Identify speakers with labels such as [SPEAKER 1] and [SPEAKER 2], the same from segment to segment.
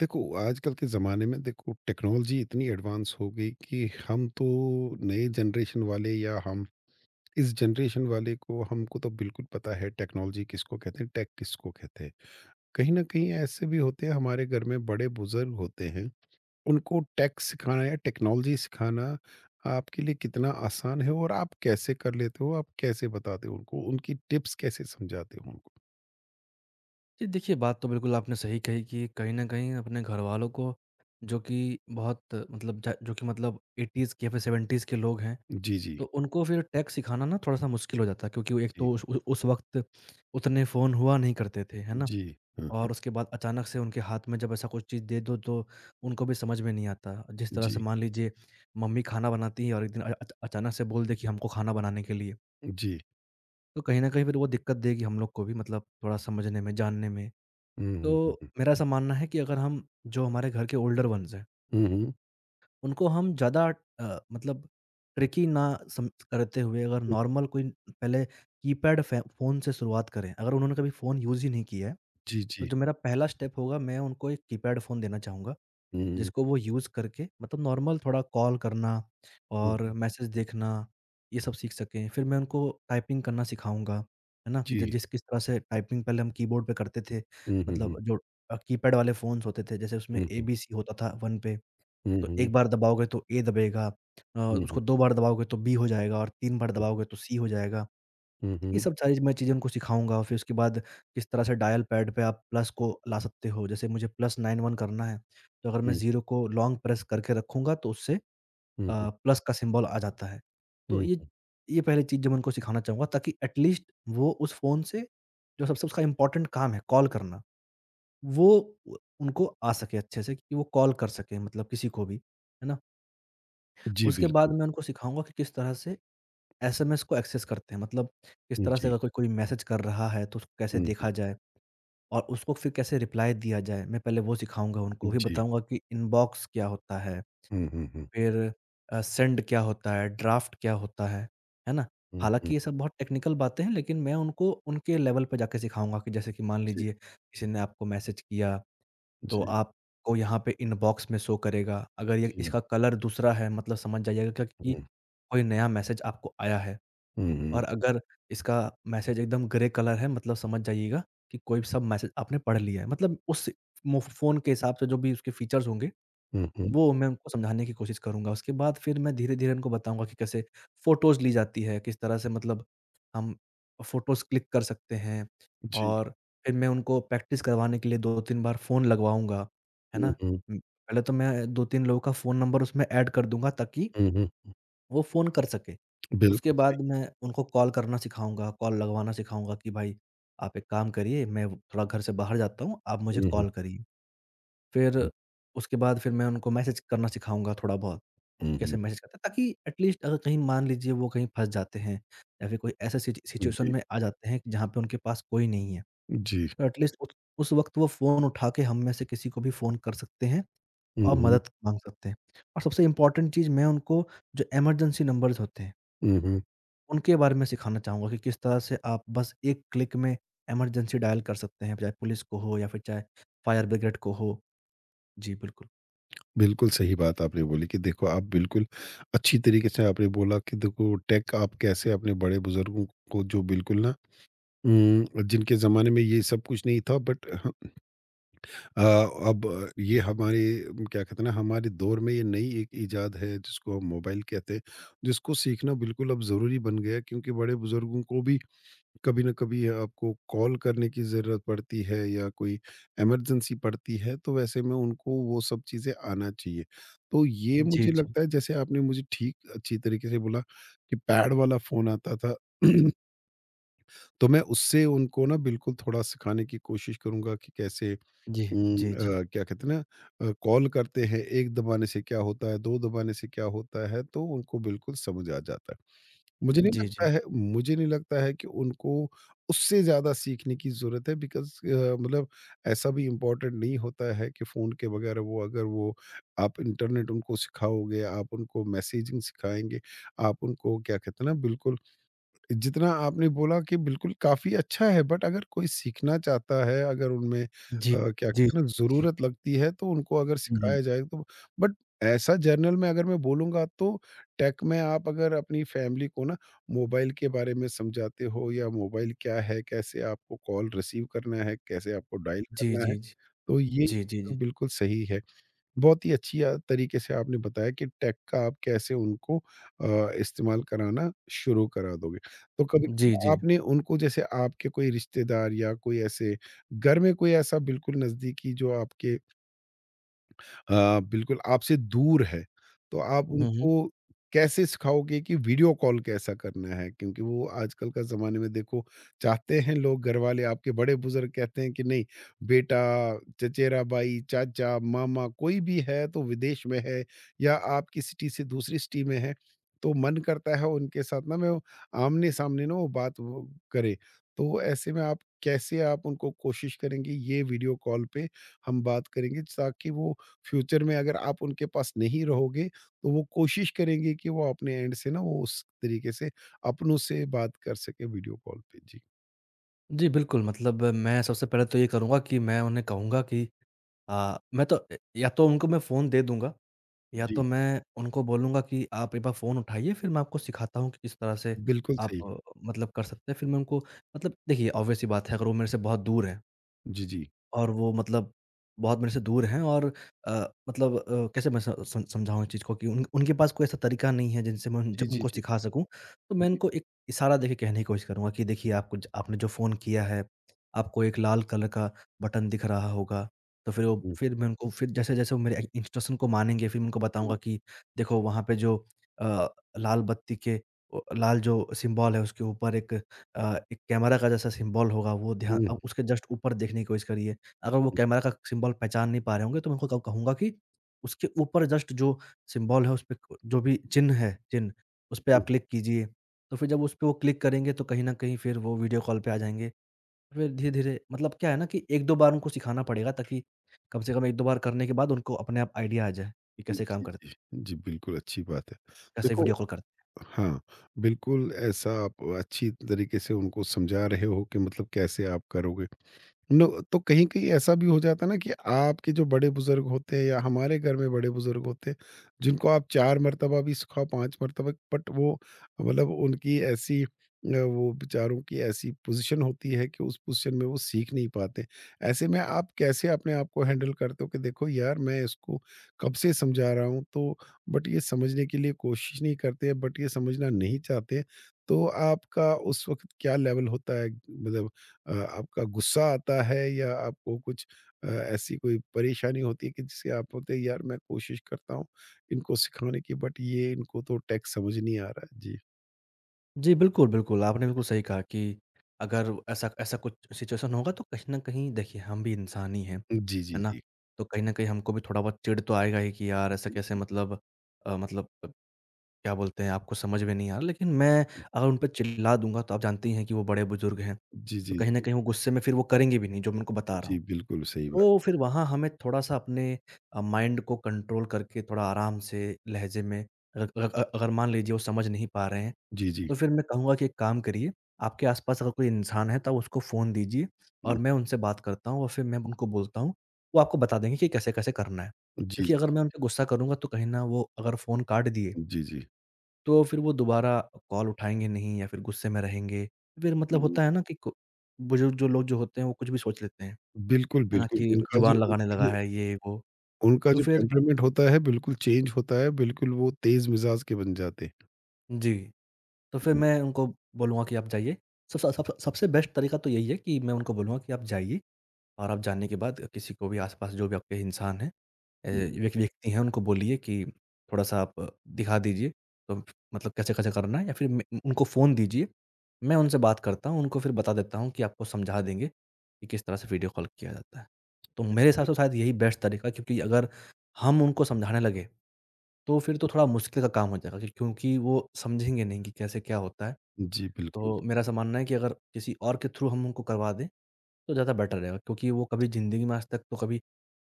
[SPEAKER 1] देखो आजकल के ज़माने में देखो टेक्नोलॉजी इतनी एडवांस हो गई कि हम तो नए जनरेशन वाले या हम इस जनरेशन वाले को हमको तो बिल्कुल पता है टेक्नोलॉजी किसको कहते हैं, टेक किसको कहते हैं। कहीं ना कहीं ऐसे भी होते हैं, हमारे घर में बड़े बुजुर्ग होते हैं। उनको टेक सिखाना या टेक्नोलॉजी सिखाना आपके लिए कितना आसान है, और आप कैसे कर लेते हो? आप कैसे बताते हो उनको? उनकी टिप्स कैसे समझाते हो उनको?
[SPEAKER 2] जी, देखिए बात तो बिल्कुल आपने सही कही कि कहीं न कहीं अपने घरवालों को जो कि बहुत मतलब ज जो कि मतलब 80s के या फिर 70s के लोग हैं।
[SPEAKER 1] जी जी
[SPEAKER 2] तो उनको फिर टेक सिखाना ना थोड़ा-सा मुश्किल हो जाता है, क्योंकि वो एक
[SPEAKER 1] जी
[SPEAKER 2] तो उस वक़्त उतने फ़ोन हुआ नहीं करते थे, है ना?
[SPEAKER 1] जी हाँ।
[SPEAKER 2] और उसके बाद अचानक से उनके हाथ में जब ऐसा कुछ चीज़ दे दो, तो उनको भी समझ में नहीं आता। जिस तरह से
[SPEAKER 1] जी
[SPEAKER 2] मान लीजिए मम्मी खाना बनाती हैं और एक दिन अ अच अचानक से बोल दे कि हमको खाना बनाने के लिए,
[SPEAKER 1] जी
[SPEAKER 2] तो कहीं न कहीं फिर वो दिक्कत देगी हम लोग को भी, मतलब थोड़ा समझने में, जानने में।
[SPEAKER 1] हम्म हम्म
[SPEAKER 2] तो
[SPEAKER 1] हम्म,
[SPEAKER 2] मेरा ऐसा मानना है कि अगर हम जो हमारे घर के ओल्डर वन्स हैं,
[SPEAKER 1] हम्म।
[SPEAKER 2] उनको हम ज़्यादा मतलब ट्रिकी ना सम करते हुए अगर
[SPEAKER 1] हुँ,
[SPEAKER 2] नॉर्मल कोई पहले कीपैड फ़े फ़ोन से शुरुआत करें। अगर उन्होंने कभी फ़ोन यूज़ ही नहीं किया है,
[SPEAKER 1] जी,
[SPEAKER 2] तो
[SPEAKER 1] जी।
[SPEAKER 2] जो मेरा पहला स्टेप होगा, मैं उनको एक कीपैड फ़ोन देना चाहूँगा।
[SPEAKER 1] हुँ, हुँ,
[SPEAKER 2] जिसको वो यूज़ करके, मतलब नॉर्मल थोड़ा कॉल करना और
[SPEAKER 1] हुँ।
[SPEAKER 2] मैसेज देखना, ये सब सीख सकें। फिर मैं उनको टाइपिंग करना सिखाऊँगा, है ना? कि ज
[SPEAKER 1] जी।
[SPEAKER 2] जिस किस तरह से टाइपिंग पहले हम कीबोर्ड पे करते थे,
[SPEAKER 1] हुँ, हुँ,
[SPEAKER 2] मतलब
[SPEAKER 1] हुँ,
[SPEAKER 2] जो कीपैड वाले फ़ोन्स होते थे, जैसे उसमें
[SPEAKER 1] हुँ, हुँ,
[SPEAKER 2] एबीसी होता था 1 पे।
[SPEAKER 1] हुँ,
[SPEAKER 2] तो
[SPEAKER 1] हुँ,
[SPEAKER 2] एक बार दबाओगे तो ए दबेगा,
[SPEAKER 1] हुँ, हुँ, हुँ,
[SPEAKER 2] उसको 2 बार दबाओगे तो बी हो जाएगा, और 3 बार दबाओगे तो सी हो जाएगा। ये
[SPEAKER 1] हुँ,
[SPEAKER 2] सब सारी मैं चीज़ें उनको सिखाऊँगा, और फिर उसके बाद किस तरह से डायल पैड पे आप प्लस को ला सकते हो। जैसे मुझे +91 करना है, तो अगर मैं
[SPEAKER 1] हुँ,
[SPEAKER 2] 0 को लॉन्ग प्रेस करके रखूँगा, तो उससे
[SPEAKER 1] हुँ, हुँ,
[SPEAKER 2] प्लस का सिंबल आ जाता है। तो ये
[SPEAKER 1] हुँ।
[SPEAKER 2] ये पहली चीज़ जो मैं उनको सिखाना चाहूँगा, ताकि एट लीस्ट वो उस फ़ोन से जो सबसे उसका इम्पोर्टेंट काम है कॉल करना, वो उ उनको आ सके अच्छे से कि वो कॉल कर सकें मतलब किसी को भी, है ना?
[SPEAKER 1] जी,
[SPEAKER 2] उसके बाद
[SPEAKER 1] बिल्कुल।
[SPEAKER 2] मैं उनको सिखाऊँगा कि किस तरह से एसएमएस को एक्सेस करते हैं, मतलब किस तरह से
[SPEAKER 1] जी,
[SPEAKER 2] अगर कोई कोई मैसेज कर रहा है तो उसको कैसे
[SPEAKER 1] हुँ,
[SPEAKER 2] देखा जाए और उसको फिर कैसे रिप्लाई दिया जाए। मैं पहले वो सिखाऊँगा उनको, फिर
[SPEAKER 1] जी।
[SPEAKER 2] बताऊँगा कि इनबॉक्स क्या होता है?
[SPEAKER 1] हुँ, हुँ, हुँ,
[SPEAKER 2] फिर सेंड क्या होता है? ड्राफ्ट क्या होता है? है ना?
[SPEAKER 1] हुँ।
[SPEAKER 2] हालाँकि ये सब बहुत टेक्निकल बातें हैं, लेकिन मैं उनको उनके लेवल पे जाके सिखाऊँगा कि जैसे कि मान
[SPEAKER 1] जी,
[SPEAKER 2] लीजिए किसी ने आपको मैसेज किया, तो
[SPEAKER 1] जी,
[SPEAKER 2] आपको यहाँ पे इनबॉक्स में शो करेगा। अगर ये
[SPEAKER 1] जी।
[SPEAKER 2] इसका कलर दूसरा है, मतलब समझ जाइएगा क्या
[SPEAKER 1] हुँ,
[SPEAKER 2] कि
[SPEAKER 1] हुँ,
[SPEAKER 2] कोई नया मैसेज आपको आया है।
[SPEAKER 1] हुँ,
[SPEAKER 2] और अगर इसका मैसेज एकदम ग्रे कलर है, मतलब समझ जाइएगा कि कोई सब मैसेज आपने पढ़ लिया है। मतलब उस मो फ़ोन के हिसाब से जो भी उसके फीचर्स होंगे,
[SPEAKER 1] हुँ।
[SPEAKER 2] वो मैं उनको समझाने की कोशिश करूँगा। उसके बाद फिर मैं धीरे-धीरे उनको बताऊँगा कि कैसे फ़ोटोज़ ली जाती है, किस तरह से मतलब हम फ़ोटोज़ क्लिक कर सकते हैं।
[SPEAKER 1] जी।
[SPEAKER 2] और फिर मैं उनको प्रैक्टिस करवाने के लिए 2-3 बार फ़ोन लगवाऊँगा, है
[SPEAKER 1] हुँ,
[SPEAKER 2] ना?
[SPEAKER 1] हुँ,
[SPEAKER 2] पहले तो मैं 2-3 लोगों का फ़ोन नंबर उसमें ऐड कर दूँगा, ताकि
[SPEAKER 1] हुँ।
[SPEAKER 2] वो फ़ोन कर सके। उसके
[SPEAKER 1] बिल्कुल सही।
[SPEAKER 2] बाद मैं उनको कॉल करना सिखाऊँगा, कॉल लगवाना सिखाऊँगा कि भाई आप एक काम करिए, मैं व थोड़ा घर से बाहर जाता हूँ, आप मुझे
[SPEAKER 1] हुँ, हुँ,
[SPEAKER 2] कॉल करिए। फिर
[SPEAKER 1] हुँ,
[SPEAKER 2] उसके बाद फिर मैं उनको मैसेज करना सिखाऊँगा थोड़ा बहुत, कैसे
[SPEAKER 1] हुँ,
[SPEAKER 2] मैसेज करते हैं, ताकि एटलीस्ट अगर कहीं मान लीजिए वो कहीं फँस जाते हैं, या फिर कोई ऐसे सिच
[SPEAKER 1] हुँ।
[SPEAKER 2] सिचुएशन
[SPEAKER 1] जी,
[SPEAKER 2] में आ जाते हैं जहाँ पे उनके पास कोई नहीं है।
[SPEAKER 1] जी।
[SPEAKER 2] तो एटलीस्ट उस वक़्त वो फ़ोन उठा के हम में से किसी को भी फ़ोन कर सकते हैं
[SPEAKER 1] हुँ,
[SPEAKER 2] और
[SPEAKER 1] हुँ,
[SPEAKER 2] मदद माँग सकते हैं। और सबसे इम्पोर्टेंट चीज़ मैं उनको जो इमरजेंसी नंबर्स होते हैं
[SPEAKER 1] हुँ।
[SPEAKER 2] उनके बारे में सिखाना चाहूँगा कि किस तरह से आप बस एक क्लिक में इमरजेंसी डायल कर सकते हैं, चाहे पुलिस को हो या फिर चाहे फायर ब्रिगेड को हो। जी, बिल्कुल।
[SPEAKER 1] बिल्कुल सही बात आपने बोली कि देखो, आप बिल्कुल अच्छी तरीके से आपने बोला कि देखो टेक आप कैसे अपने बड़े बुज़ुर्गों को जो बिल्कुल ना, जिनके ज़माने में ये सब कुछ नहीं था, अ, अब ये हमारे, क्या कहते हैं ना, हमारे दौर में ये नई एक इजाद है जिसको हम मोबाइल कहते हैं, जिसको सीखना बिल्कुल अब ज़रूरी बन गया है, क्योंकि बड़े-बुज़ुर्गों को भी कभी न कभी आपको कॉल करने की ज़रूरत पड़ती है या कोई इमरजेंसी पड़ती है, तो वैसे में उनको वो सब चीज़ें आना चाहिए। तो ये
[SPEAKER 2] जी,
[SPEAKER 1] मुझे
[SPEAKER 2] जी।
[SPEAKER 1] लगता है, जैसे आपने मुझे ठीक अच्छी तरीके से बोला कि पैड वाला फ़ोन आता था। तो मैं उससे उनको ना बिल्कुल थोड़ा सिखाने की कोशिश करूँगा कि कैसे,
[SPEAKER 2] जी। जी, जी।
[SPEAKER 1] क्या कहते हैं ना, कॉल करते हैं, 1 दबाने से क्या होता है, 2 दबाने से क्या होता है, तो उनको बिल्कुल समझ आ जाता है। मुझे नहीं
[SPEAKER 2] जी, जी।
[SPEAKER 1] लगता है मुझे नहीं लगता है कि उनको उससे ज़्यादा सीखने की ज़रूरत है, बिकॉज़ मतलब ऐसा भी इम्पोर्टेंट नहीं होता है कि फ़ोन के बगैर वो अगर वो आप इंटरनेट उनको सिखाओगे, आप उनको मैसेजिंग सिखाएँगे, आप उनको क्या कहते हैं ना, बिल्कुल जितना आपने बोला कि बिल्कुल काफ़ी अच्छा है, बट अगर कोई सीखना चाहता है, अगर उनमें
[SPEAKER 2] जी,
[SPEAKER 1] क्या
[SPEAKER 2] जी, जी,
[SPEAKER 1] कहते हैं ना
[SPEAKER 2] जी, जी।
[SPEAKER 1] ज़रूरत लगती है, तो उनको अगर
[SPEAKER 2] हुँ, हुँ।
[SPEAKER 1] सिखाया जाए तो, बट ऐसा जर्नल में अगर मैं बोलूँगा तो टेक में आप अगर अपनी फैमिली को ना मोबाइल के बारे में समझाते हो, या मोबाइल क्या है, कैसे आपको कॉल रिसीव करना है, कैसे आपको डायल
[SPEAKER 2] जी,
[SPEAKER 1] करना
[SPEAKER 2] जी,
[SPEAKER 1] है,
[SPEAKER 2] जी।
[SPEAKER 1] तो ये
[SPEAKER 2] जी, जी, जी।
[SPEAKER 1] बिल्कुल सही है। बहुत ही अच्छी तरीके से आपने बताया कि टेक का आप कैसे उनको इस्तेमाल कराना शुरू करा दोगे। तो
[SPEAKER 2] जी,
[SPEAKER 1] कभी-कभी
[SPEAKER 2] जी।
[SPEAKER 1] आपने उनको, जैसे आपके कोई रिश्तेदार या कोई ऐसे घर में कोई ऐसा बिल्कुल नज़दीकी जो आपके, बिल्कुल आपसे दूर है, तो आप
[SPEAKER 2] हुँ, हुँ।
[SPEAKER 1] उनको कैसे सिखाओगे कि वीडियो कॉल कैसा करना है? क्योंकि वो आजकल का ज़माने में देखो, चाहते हैं लोग, घरवाले आपके बड़े-बुज़ुर्ग कहते हैं कि नहीं बेटा, चचेरा भाई, चाचा, मामा कोई भी है तो विदेश में है, या आपकी सिटी से दूसरी सिटी में है, तो मन करता है उनके साथ ना मैं वो आमने-सामने ना वो बात वो करे। तो ऐसे में आप कैसे आप उनको कोशिश करेंगे ये वीडियो कॉल पे हम बात करेंगे, ताकि वो फ्यूचर में अगर आप उनके पास नहीं रहोगे, तो वो कोशिश करेंगे कि वो अपने एंड से ना वो उस तरीके से अपनों से बात कर सके वीडियो कॉल पे। जी।
[SPEAKER 2] जी, बिल्कुल। मतलब मैं सबसे पहले तो ये करूँगा कि मैं उन्हें कहूँगा कि मैं तो या तो उनको मैं फ़ोन दे दूँगा, या तो
[SPEAKER 1] जी,
[SPEAKER 2] मैं उनको बोलूँगा कि आप एक बार फ़ोन उठाइए, फिर मैं आपको सिखाता हूँ कि किस तरह से
[SPEAKER 1] बिल्कुल
[SPEAKER 2] आप
[SPEAKER 1] सही।
[SPEAKER 2] मतलब कर सकते हैं। फिर मैं उनको, मतलब देखिए, ऑब्वियस सी बात है अगर वो मेरे से बहुत दूर हैं,
[SPEAKER 1] जी, जी।
[SPEAKER 2] और वो मतलब बहुत मेरे से दूर हैं और अ, मतलब कैसे मैं स सम समझाऊँ इस चीज़ को कि उन उनके पास कोई ऐसा तरीका नहीं है जिनसे मैं
[SPEAKER 1] जी, जी,
[SPEAKER 2] उनको
[SPEAKER 1] जी,
[SPEAKER 2] सिखा सकूँ। तो
[SPEAKER 1] जी,
[SPEAKER 2] मैं
[SPEAKER 1] जी।
[SPEAKER 2] उनको एक इशारा देके कहने की कोशिश करूँगा कि देखिए आपको ज आपने जो फ़ोन किया है, आपको एक लाल कलर का बटन दिख रहा होगा। तो फिर वो,
[SPEAKER 1] हुँ,
[SPEAKER 2] फिर मैं उनको, फिर जैसे-जैसे वो मेरे इ इंस्ट्रक्शन को मानेंगे, फिर मैं उनको
[SPEAKER 1] हुँ,
[SPEAKER 2] बताऊँगा कि देखो वहाँ पे जो अ, लाल बत्ती के ओ लाल जो सिम्बॉल है उसके ऊपर एक एक कैमरा का जैसा सिम्बॉल होगा, वो ध्यान
[SPEAKER 1] हुँ,
[SPEAKER 2] उसके जस्ट ऊपर देखने की कोशिश करिए। अगर वो कैमरा का सिंबल पहचान नहीं पा रहे होंगे, तो मैं उनको क कहूँगा कि उसके ऊपर जस्ट जो सिंबल है, उसपे क जो भी चिन्ह है चिन्ह, उसपे
[SPEAKER 1] हुँ,
[SPEAKER 2] आप क्लिक कीजिए। तो फिर जब उसपे वो क्लिक करेंगे तो कहीं न कहीं फिर वो वीडियो कॉल पे आ जाएँगे। फिर धीरे-धीरे मतलब क्या है ना कि 1-2 बार उनको सिखाना पड़ेगा, ताकि कम से कम 1-2 बार करने के बाद उनको अपने आप आइडिया आ जाए कि
[SPEAKER 1] हुँ।
[SPEAKER 2] कैसे काम
[SPEAKER 1] जी,
[SPEAKER 2] करते
[SPEAKER 1] जी।
[SPEAKER 2] हैं,
[SPEAKER 1] जी, बिल्कुल अच्छी बात है।
[SPEAKER 2] कैसे
[SPEAKER 1] देखो,
[SPEAKER 2] वीडियो कॉल करते हैं।
[SPEAKER 1] हाँ, बिल्कुल ऐसा आप अच्छी तरीके से उनको समझा रहे हो कि मतलब कैसे आप करोगे। नो, तो कहीं-कहीं ऐसा भी हो जाता है ना कि आपके जो बड़े-बुज़ुर्ग होते हैं या हमारे घर में बड़े-बुज़ुर्ग होते हैं, जिनको आप 4 मरतबा भी सिखाओ, 5 मरतबा, बट वो मतलब उनकी ऐसी वो बेचारों की ऐसी पोज़ीशन होती है कि उस पोज़ीशन में वो सीख नहीं पाते। ऐसे में आप कैसे अपने आप को हैंडल करते हो कि देखो यार, मैं इसको कब से समझा रहा हूँ तो, बट ये समझने के लिए कोशिश नहीं करते, बट ये समझना नहीं चाहते। तो आपका उस वक़्त क्या लेवल होता है? मतलब अ, आपका गुस्सा आता है, या आपको कुछ ऐसी कोई परेशानी होती है कि जिससे आप बोलते हैं यार, मैं कोशिश करता हूँ इनको सिखाने की, बट ये इनको तो टैक्स समझ नहीं आ रहा है। जी
[SPEAKER 2] जी, बिल्कुल, बिल्कुल। आपने बिल्कुल सही कहा कि अगर ऐसा ऐसा कुछ सिचुएशन होगा तो कहीं न कहीं देखिए हम भी इंसान ही हैं,
[SPEAKER 1] जी जी
[SPEAKER 2] है ना?
[SPEAKER 1] जी
[SPEAKER 2] तो कहीं न कहीं हमको भी थोड़ा बहुत चिढ़ तो आएगा ही कि यार ऐसा
[SPEAKER 1] जी
[SPEAKER 2] कैसे मतलब मतलब क्या बोलते हैं, आपको समझ में नहीं आ रहा, लेकिन मैं अगर उन पे चिल्ला दूँगा तो आप जानती हैं कि वो बड़े-बुज़ुर्ग हैं।
[SPEAKER 1] जी
[SPEAKER 2] तो
[SPEAKER 1] जी
[SPEAKER 2] कहीं न
[SPEAKER 1] जी
[SPEAKER 2] कहीं वो गुस्से में फिर वो करेंगे भी नहीं जो मैं उनको बता रहा
[SPEAKER 1] जी
[SPEAKER 2] हूँ।
[SPEAKER 1] बिल्कुल सही
[SPEAKER 2] तो
[SPEAKER 1] बात।
[SPEAKER 2] फिर वहाँ हमें थोड़ा-सा अपने माइंड को कंट्रोल करके थोड़ा आराम से लहज़े में, अग अग अगर मान लीजिए वो समझ नहीं पा रहे हैं
[SPEAKER 1] जी जी
[SPEAKER 2] तो फिर मैं कहूँगा कि एक काम करिए, आपके आस-पास अगर कोई इंसान है, तब उसको फ़ोन दीजिए
[SPEAKER 1] हम्म,
[SPEAKER 2] और मैं उनसे बात करता हूँ और फिर मैं उनको बोलता हूँ, वो आपको बता देंगे कि कैसे-कैसे करना है।
[SPEAKER 1] जी
[SPEAKER 2] क्योंकि अगर मैं उन पे गुस्सा करूँगा, तो कहीं न वो अगर फ़ोन काट दिए,
[SPEAKER 1] जी।
[SPEAKER 2] तो फिर वो दोबारा कॉल उठाएँगे नहीं या फिर गुस्से में रहेंगे। फिर मतलब
[SPEAKER 1] हम्म,
[SPEAKER 2] होता है ना कि को बुज़ुर्ग जो लोग जो होते हैं, वो कुछ भी सोच लेते हैं,
[SPEAKER 1] बिल्कुल
[SPEAKER 2] है ना?
[SPEAKER 1] बिल्कुल।
[SPEAKER 2] कि
[SPEAKER 1] उनका जो
[SPEAKER 2] जुबान लगाने
[SPEAKER 1] उनका
[SPEAKER 2] लगा
[SPEAKER 1] जो
[SPEAKER 2] है, ये वो।
[SPEAKER 1] उनका
[SPEAKER 2] तो
[SPEAKER 1] जो
[SPEAKER 2] फिर,
[SPEAKER 1] टेम्परामेंट होता है बिल्कुल चेंज होता है, बिल्कुल वो तेज मिजाज के बन जाते हैं।
[SPEAKER 2] जी, तो फिर
[SPEAKER 1] हम्म,
[SPEAKER 2] मैं उनको बोलूँगा कि आप जाइए। सब सब सब सबसे बेस्ट तरीका तो यही है कि मैं उनको बोलूँगा कि आप जाइए और आप जानने के बाद किसी को भी आस-पास जो भी आपके इंसान हैं, अ,
[SPEAKER 1] हम्म।
[SPEAKER 2] व्यक्ति हैं, उनको बोलिए कि थोड़ा-सा आप दिखा दीजिए, तो मतलब कैसे-कैसे करना है, या फिर म उनको फ़ोन दीजिए। मैं उनसे बात करता हूँ, उनको फिर बता देता हूँ कि आपको समझा देंगे कि किस तरह से वीडियो कॉल किया जाता है। तो मेरे हिसाब से शायद यही बेस्ट तरीका है, क्योंकि अगर हम उनको समझाने लगे, तो फिर तो थोड़ा
[SPEAKER 1] जी
[SPEAKER 2] मुश्किल का काम हो जाएगा क्योंकि वो समझेंगे नहीं कि कैसे क्या होता है।
[SPEAKER 1] जी बिल्कुल
[SPEAKER 2] तो मेरा ऐसा मानना है कि अगर किसी और के थ्रू हम उनको करवा दें तो ज़्यादा बेटर रहेगा, क्योंकि वो कभी ज़िंदगी में आज तक तो कभी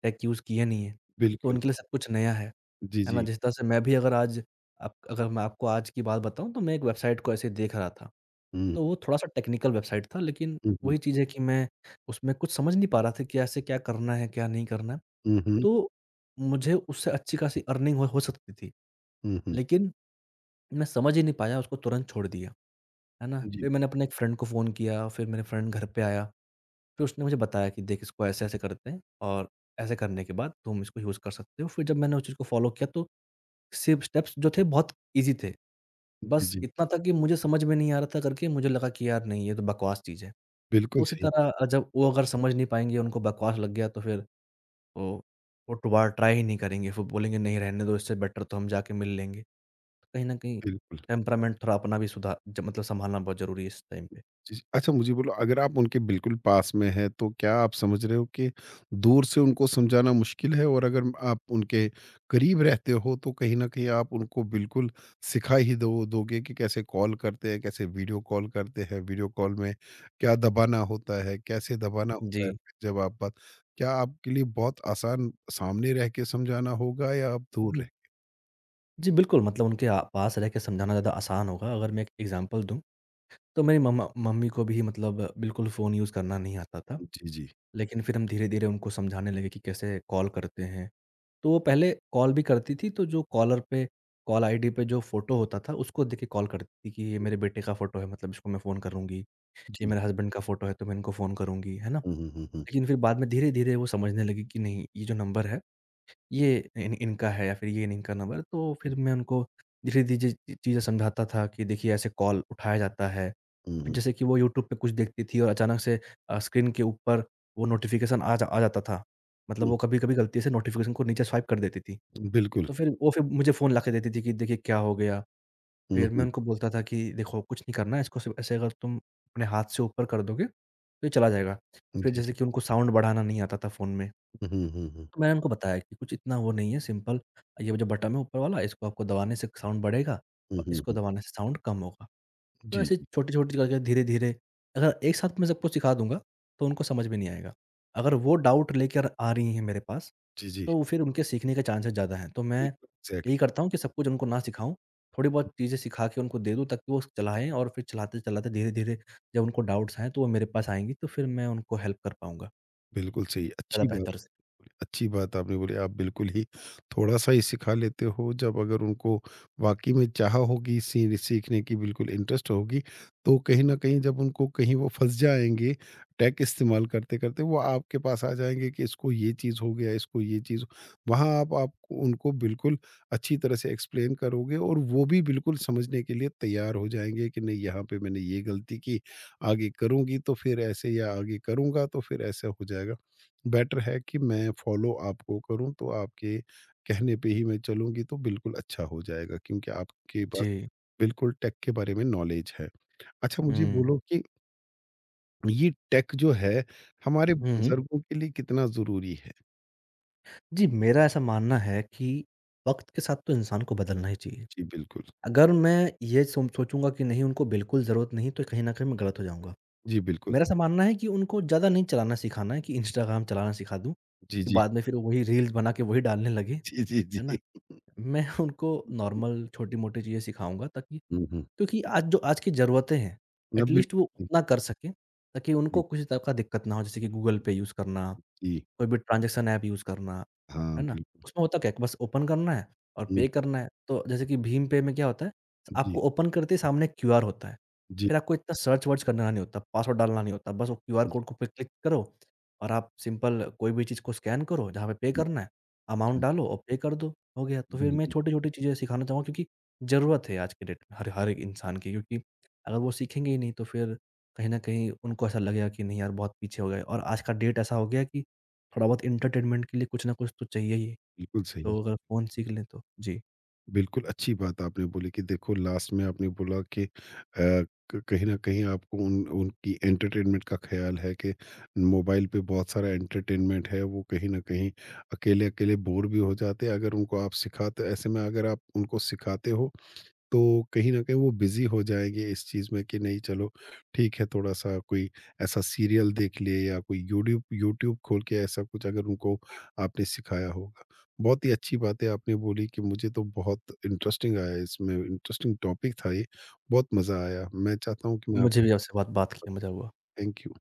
[SPEAKER 2] टेक यूज़ किया नहीं है, तो
[SPEAKER 1] बिल्कुल।
[SPEAKER 2] उनके लिए सब कुछ नया
[SPEAKER 1] जी
[SPEAKER 2] है ना?
[SPEAKER 1] जी
[SPEAKER 2] जिस तरह से मैं भी अगर आज, आप अगर मैं आपको आज की बात बताऊँ तो मैं एक वेबसाइट को ऐसे देख रहा था,
[SPEAKER 1] हम्म
[SPEAKER 2] तो वो थोड़ा-सा टेक्निकल वेबसाइट था, लेकिन
[SPEAKER 1] हम्म।
[SPEAKER 2] वही चीज़ है कि मैं उसमें कुछ समझ नहीं पा रहा था कि ऐसे क्या करना है, क्या नहीं करना है।
[SPEAKER 1] हुँ, हुँ।
[SPEAKER 2] तो मुझे उससे अच्छी खासी अर्निंग हो सकती थी,
[SPEAKER 1] हुँ, हुँ।
[SPEAKER 2] लेकिन मैं समझ ही नहीं पाया, उसको तुरंत छोड़ दिया, है ना?
[SPEAKER 1] जी,
[SPEAKER 2] फिर मैंने अपने एक फ्रेंड को फ़ोन किया, फिर मेरे फ्रेंड घर पे आया। फिर उसने मुझे बताया कि देख इसको ऐसे-ऐसे करते हैं और ऐसे करने के बाद तुम इसको यूज़ कर सकते हो। फिर जब मैंने उस चीज़ को फ़ॉलो किया तो सेम स्टेप्स जो थे बहुत ईज़ी थे।
[SPEAKER 1] जी,
[SPEAKER 2] बस
[SPEAKER 1] जी।
[SPEAKER 2] इतना था कि मुझे समझ में नहीं आ रहा था करके मुझे लगा कि यार नहीं ये तो बकवास चीज़ है। तो
[SPEAKER 1] बिल्कुल
[SPEAKER 2] उसी
[SPEAKER 1] सही
[SPEAKER 2] तरह
[SPEAKER 1] बात,
[SPEAKER 2] जब वो अगर समझ नहीं पाएँगे, उनको बकवास लग गया तो फिर वो वो दोबारा ट्राई ही नहीं करेंगे। फिर बोलेंगे नहीं रहने दो, इससे बेटर तो हम जाके मिल लेंगे। तो कहीं न कहीं
[SPEAKER 1] बिल्कुल।
[SPEAKER 2] टेम्परामेंट थोड़ा अपना भी सुधार ज मतलब सँभालना बहुत ज़रूरी है इस टाइम पे।
[SPEAKER 1] जी, जी। अच्छा मुझे बोलो, अगर आप उनके बिल्कुल पास में हैं, तो क्या आप समझ रहे हो कि दूर से उनको समझाना मुश्किल है? और अगर आप उनके करीब रहते हो, तो कहीं न कहीं आप उनको बिल्कुल सिखा ही दो दोगे कि कैसे कॉल करते हैं, कैसे वीडियो कॉल करते हैं, वीडियो कॉल में क्या दबाना होता है, कैसे दबाना
[SPEAKER 2] जी।
[SPEAKER 1] होता है, फिर जब आप बात क्या आपके लिए बहुत आसान सामने रह के समझाना होगा, या आप दूर रह।
[SPEAKER 2] जी, बिल्कुल, मतलब उनके पास रह के समझाना ज़्यादा आसान होगा। अगर मैं एक एग्ज़ाम्पल दूँ, तो मेरी मम्मा मम्मी को भी मतलब बिल्कुल फ़ोन यूज़ करना नहीं आता था।
[SPEAKER 1] जी, जी।
[SPEAKER 2] लेकिन फिर हम धीरे-धीरे उनको समझाने लगे कि कैसे कॉल करते हैं। तो वो पहले कॉल भी करती थी, तो जो कॉलर पे कॉल आईडी पे जो फ़ोटो होता था, उसको देख के कॉल करती थी कि ये मेरे बेटे का फ़ोटो है, मतलब इसको मैं फ़ोन करूँगी। ये
[SPEAKER 1] जी।
[SPEAKER 2] मेरे हस्बैंड का फ़ोटो है, तो मैं इनको फ़ोन करूँगी, है ना?
[SPEAKER 1] हुँ।
[SPEAKER 2] लेकिन फिर बाद में धीरे-धीरे वो समझने लगी कि नहीं, ये जो नंबर है ये इन इनका है या फिर ये इनका नंबर, तो
[SPEAKER 1] हुँ,
[SPEAKER 2] फिर मैं उनको धीरे-धीरे ची चीज़ें समझाता था कि देखिए ऐसे कॉल उठाया जाता है। फिर
[SPEAKER 1] हुँ,
[SPEAKER 2] जैसे कि वो यूट्यूब पे कुछ देखती थी और अचानक से स्क्रीन के ऊपर वो नोटिफ़िकेशन आ जाता था। मतलब
[SPEAKER 1] हुँ।
[SPEAKER 2] वो कभी-कभी गलती से नोटिफ़िकेशन को नीचे स्वाइप कर देती थी।
[SPEAKER 1] बिल्कुल।
[SPEAKER 2] तो फिर वो फिर मुझे फ़ोन लाके देती थी कि देखिए क्या हो गया?
[SPEAKER 1] हुँ,
[SPEAKER 2] फिर मैं
[SPEAKER 1] हुँ,
[SPEAKER 2] उनको बोलता था कि देखो कुछ नहीं करना है इसको, सिर्फ़ ऐसे अगर तुम अपने हाथ से ऊपर कर दोगे तो ये चला जाएगा। फिर
[SPEAKER 1] जी,
[SPEAKER 2] जैसे
[SPEAKER 1] जी।
[SPEAKER 2] कि उनको साउंड बढ़ाना नहीं आता था फ़ोन में।
[SPEAKER 1] हुँ, हुँ, हुँ, हुँ,
[SPEAKER 2] तो मैंने उनको बताया कि कुछ इतना वो नहीं है, सिंपल ये जो बटन है ऊपर वाला इसको आपको दबाने से साउंड बढ़ेगा
[SPEAKER 1] हुँ,
[SPEAKER 2] और
[SPEAKER 1] हुँ,
[SPEAKER 2] इसको
[SPEAKER 1] हुँ,
[SPEAKER 2] दबाने से साउंड कम होगा। तो
[SPEAKER 1] जी,
[SPEAKER 2] ऐसे
[SPEAKER 1] जी,
[SPEAKER 2] छोटी-छोटी करके धीरे-धीरे अगर एक साथ मैं सबको सिखा दूँगा तो उनको समझ में नहीं आएगा। अगर वो डाउट लेकर आ रही हैं मेरे पास
[SPEAKER 1] जी, जी,
[SPEAKER 2] तो फिर उनके सीखने के चांसेस ज़्यादा हैं। तो मैं
[SPEAKER 1] बिल्कुल,
[SPEAKER 2] यही
[SPEAKER 1] एग्ज़ैक्टली।
[SPEAKER 2] करता हूँ कि सब कुछ उनको ना सिखाऊँ, थोड़ी बहुत चीज़ें सिखा के उनको दे दूँ ताकि वो चलाएँ और फिर चलाते-चलाते धीरे-धीरे जब उनको डाउट्स आएँ तो वो मेरे पास आएँगी तो फिर मैं उनको हेल्प कर पाऊँगा
[SPEAKER 1] बिल्कुल सही, अच्छी
[SPEAKER 2] ज़्यादा
[SPEAKER 1] बात।
[SPEAKER 2] बेहतर से।
[SPEAKER 1] अच्छी बात आपने बोली, आप बिल्कुल ही थोड़ा-सा ही सिखा लेते हो। जब अगर उनको वाक़ई में चाह होगी सी सीखने की बिल्कुल इंटरेस्ट होगी, तो कहीं न कहीं जब उनको कहीं वो फँस जाएँगे, टेक इस्तेमाल करते-करते, वो आपके पास आ जाएँगे कि इसको ये चीज़ हो गया, इसको ये चीज़ हो- वहाँ आप उनको बिल्कुल अच्छी तरह से एक्सप्लेन करोगे, और वो भी बिल्कुल समझने के लिए तैयार हो जाएँगे कि नहीं, यहाँ पे मैंने ये गलती की, आगे करूँगी तो फिर ऐसे, या आगे करूँगा तो फिर ऐसा हो जाएगा। बेटर है कि मैं फॉलो आपको करूँ, तो आपके कहने पे ही मैं चलूँगी तो बिल्कुल अच्छा हो जाएगा, क्योंकि आपके पास
[SPEAKER 2] जी।
[SPEAKER 1] बिल्कुल टेक के बारे में नॉलेज है। अच्छा मुझे
[SPEAKER 2] हुँ।
[SPEAKER 1] बोलो कि ये टेक जो है, हमारे
[SPEAKER 2] हुँ, हुँ।
[SPEAKER 1] बुज़ुर्गों के लिए कितना ज़रूरी है?
[SPEAKER 2] जी, मेरा ऐसा मानना है कि वक़्त के साथ तो इंसान को बदलना ही चाहिए।
[SPEAKER 1] जी, बिल्कुल।
[SPEAKER 2] अगर मैं ये सोम सोचूँगा कि नहीं उनको बिल्कुल ज़रूरत नहीं तो कहीं न कहीं मैं गलत हो जाऊँगा।
[SPEAKER 1] जी, बिल्कुल।
[SPEAKER 2] मेरा ऐसा मानना है कि उनको ज़्यादा नहीं चलाना सिखाना है कि इंस्टाग्राम चलाना सिखा दूँ,
[SPEAKER 1] जी,
[SPEAKER 2] कि
[SPEAKER 1] जी।
[SPEAKER 2] बाद में फिर वही रील्स बना के वही डालने लगे,
[SPEAKER 1] जी, जी, जी।
[SPEAKER 2] है ना? मैं उनको नॉर्मल छोटी-मोटी चीज़ें सिखाऊँगा ताकि,
[SPEAKER 1] हुँ, हुँ।
[SPEAKER 2] क्योंकि आज जो आज की ज़रूरतें हैं
[SPEAKER 1] 90।
[SPEAKER 2] एटलीस्ट वो
[SPEAKER 1] जी,
[SPEAKER 2] उतना कर सकें ताकि उनको
[SPEAKER 1] जी,
[SPEAKER 2] किसी तरह का दिक्कत ना हो, जैसे कि गूगल पे यूज़ करना,
[SPEAKER 1] जी।
[SPEAKER 2] कोई भी ट्रांज़ैक्शन ऐप यूज़ करना,
[SPEAKER 1] हाँ,
[SPEAKER 2] है ना?
[SPEAKER 1] बिल्कुल।
[SPEAKER 2] उसमें होता क्या है कि बस ओपन करना है और
[SPEAKER 1] हुँ,
[SPEAKER 2] पे करना है। तो जैसे कि भीम पे में क्या होता है,
[SPEAKER 1] जी,
[SPEAKER 2] आपको ओपन करते ही सामने क्यूआर होता है।
[SPEAKER 1] जी,
[SPEAKER 2] फिर आपको इतना सर्च-वर्च करना नहीं होता, पासवर्ड डालना नहीं होता। बस वो क्यूआर
[SPEAKER 1] जी,
[SPEAKER 2] कोड को पे क्लिक करो और आप सिंपल कोई भी चीज़ को स्कैन करो, जहाँ पे पे करना है,
[SPEAKER 1] जी,
[SPEAKER 2] अमाउंट
[SPEAKER 1] जी।
[SPEAKER 2] डालो और पे कर दो, हो गया। तो फिर मैं
[SPEAKER 1] बिल्कुल,
[SPEAKER 2] छोटी-छोटी चीज़ें सिखाना चाहूँगा क्योंकि ज़रूरत है आज के डेट में हर हर एक इंसान की, क्योंकि अगर वो सीखेंगे ही नहीं तो फिर कहीं न कहीं उनको ऐसा लगेगा कि नहीं यार बहुत पीछे हो गए और आज का डेट ऐसा हो गया कि थोड़ा बहुत एंटरटेनमेंट के लिए कुछ ना कुछ तो चाहिए ही,
[SPEAKER 1] बिल्कुल सही।
[SPEAKER 2] तो अगर फ़ोन सीख लें तो। जी,
[SPEAKER 1] बिल्कुल, अच्छी बात आपने बोली कि देखो लास्ट में आपने बोला कि क कहीं न कहीं आपको उन उनकी एंटरटेनमेंट का ख़्याल है कि मोबाइल पे बहुत सारा एंटरटेनमेंट है, वो कहीं न कहीं अकेले-अकेले बोर भी हो जाते हैं। अगर उनको आप सिखाते, ऐसे में अगर आप उनको सिखाते हो, तो कहीं न कहीं वो बिज़ी हो जाएँगे इस चीज़ में कि नहीं, चलो ठीक है, थोड़ा-सा कोई ऐसा सीरियल देख ले, या कोई यूड्यूब यूट्यूब खोल के ऐसा कुछ अगर उनको आपने सिखाया होगा। बहुत ही अच्छी बातें आपने बोली, कि मुझे तो बहुत इंटरेस्टिंग आया। इसमें इंटरेस्टिंग टॉपिक था ये, बहुत मज़ा आया। मैं चाहता हूँ कि मैं आप,
[SPEAKER 2] मुझे भी आपसे बात बात किया मज़ा हुआ।
[SPEAKER 1] Thank you.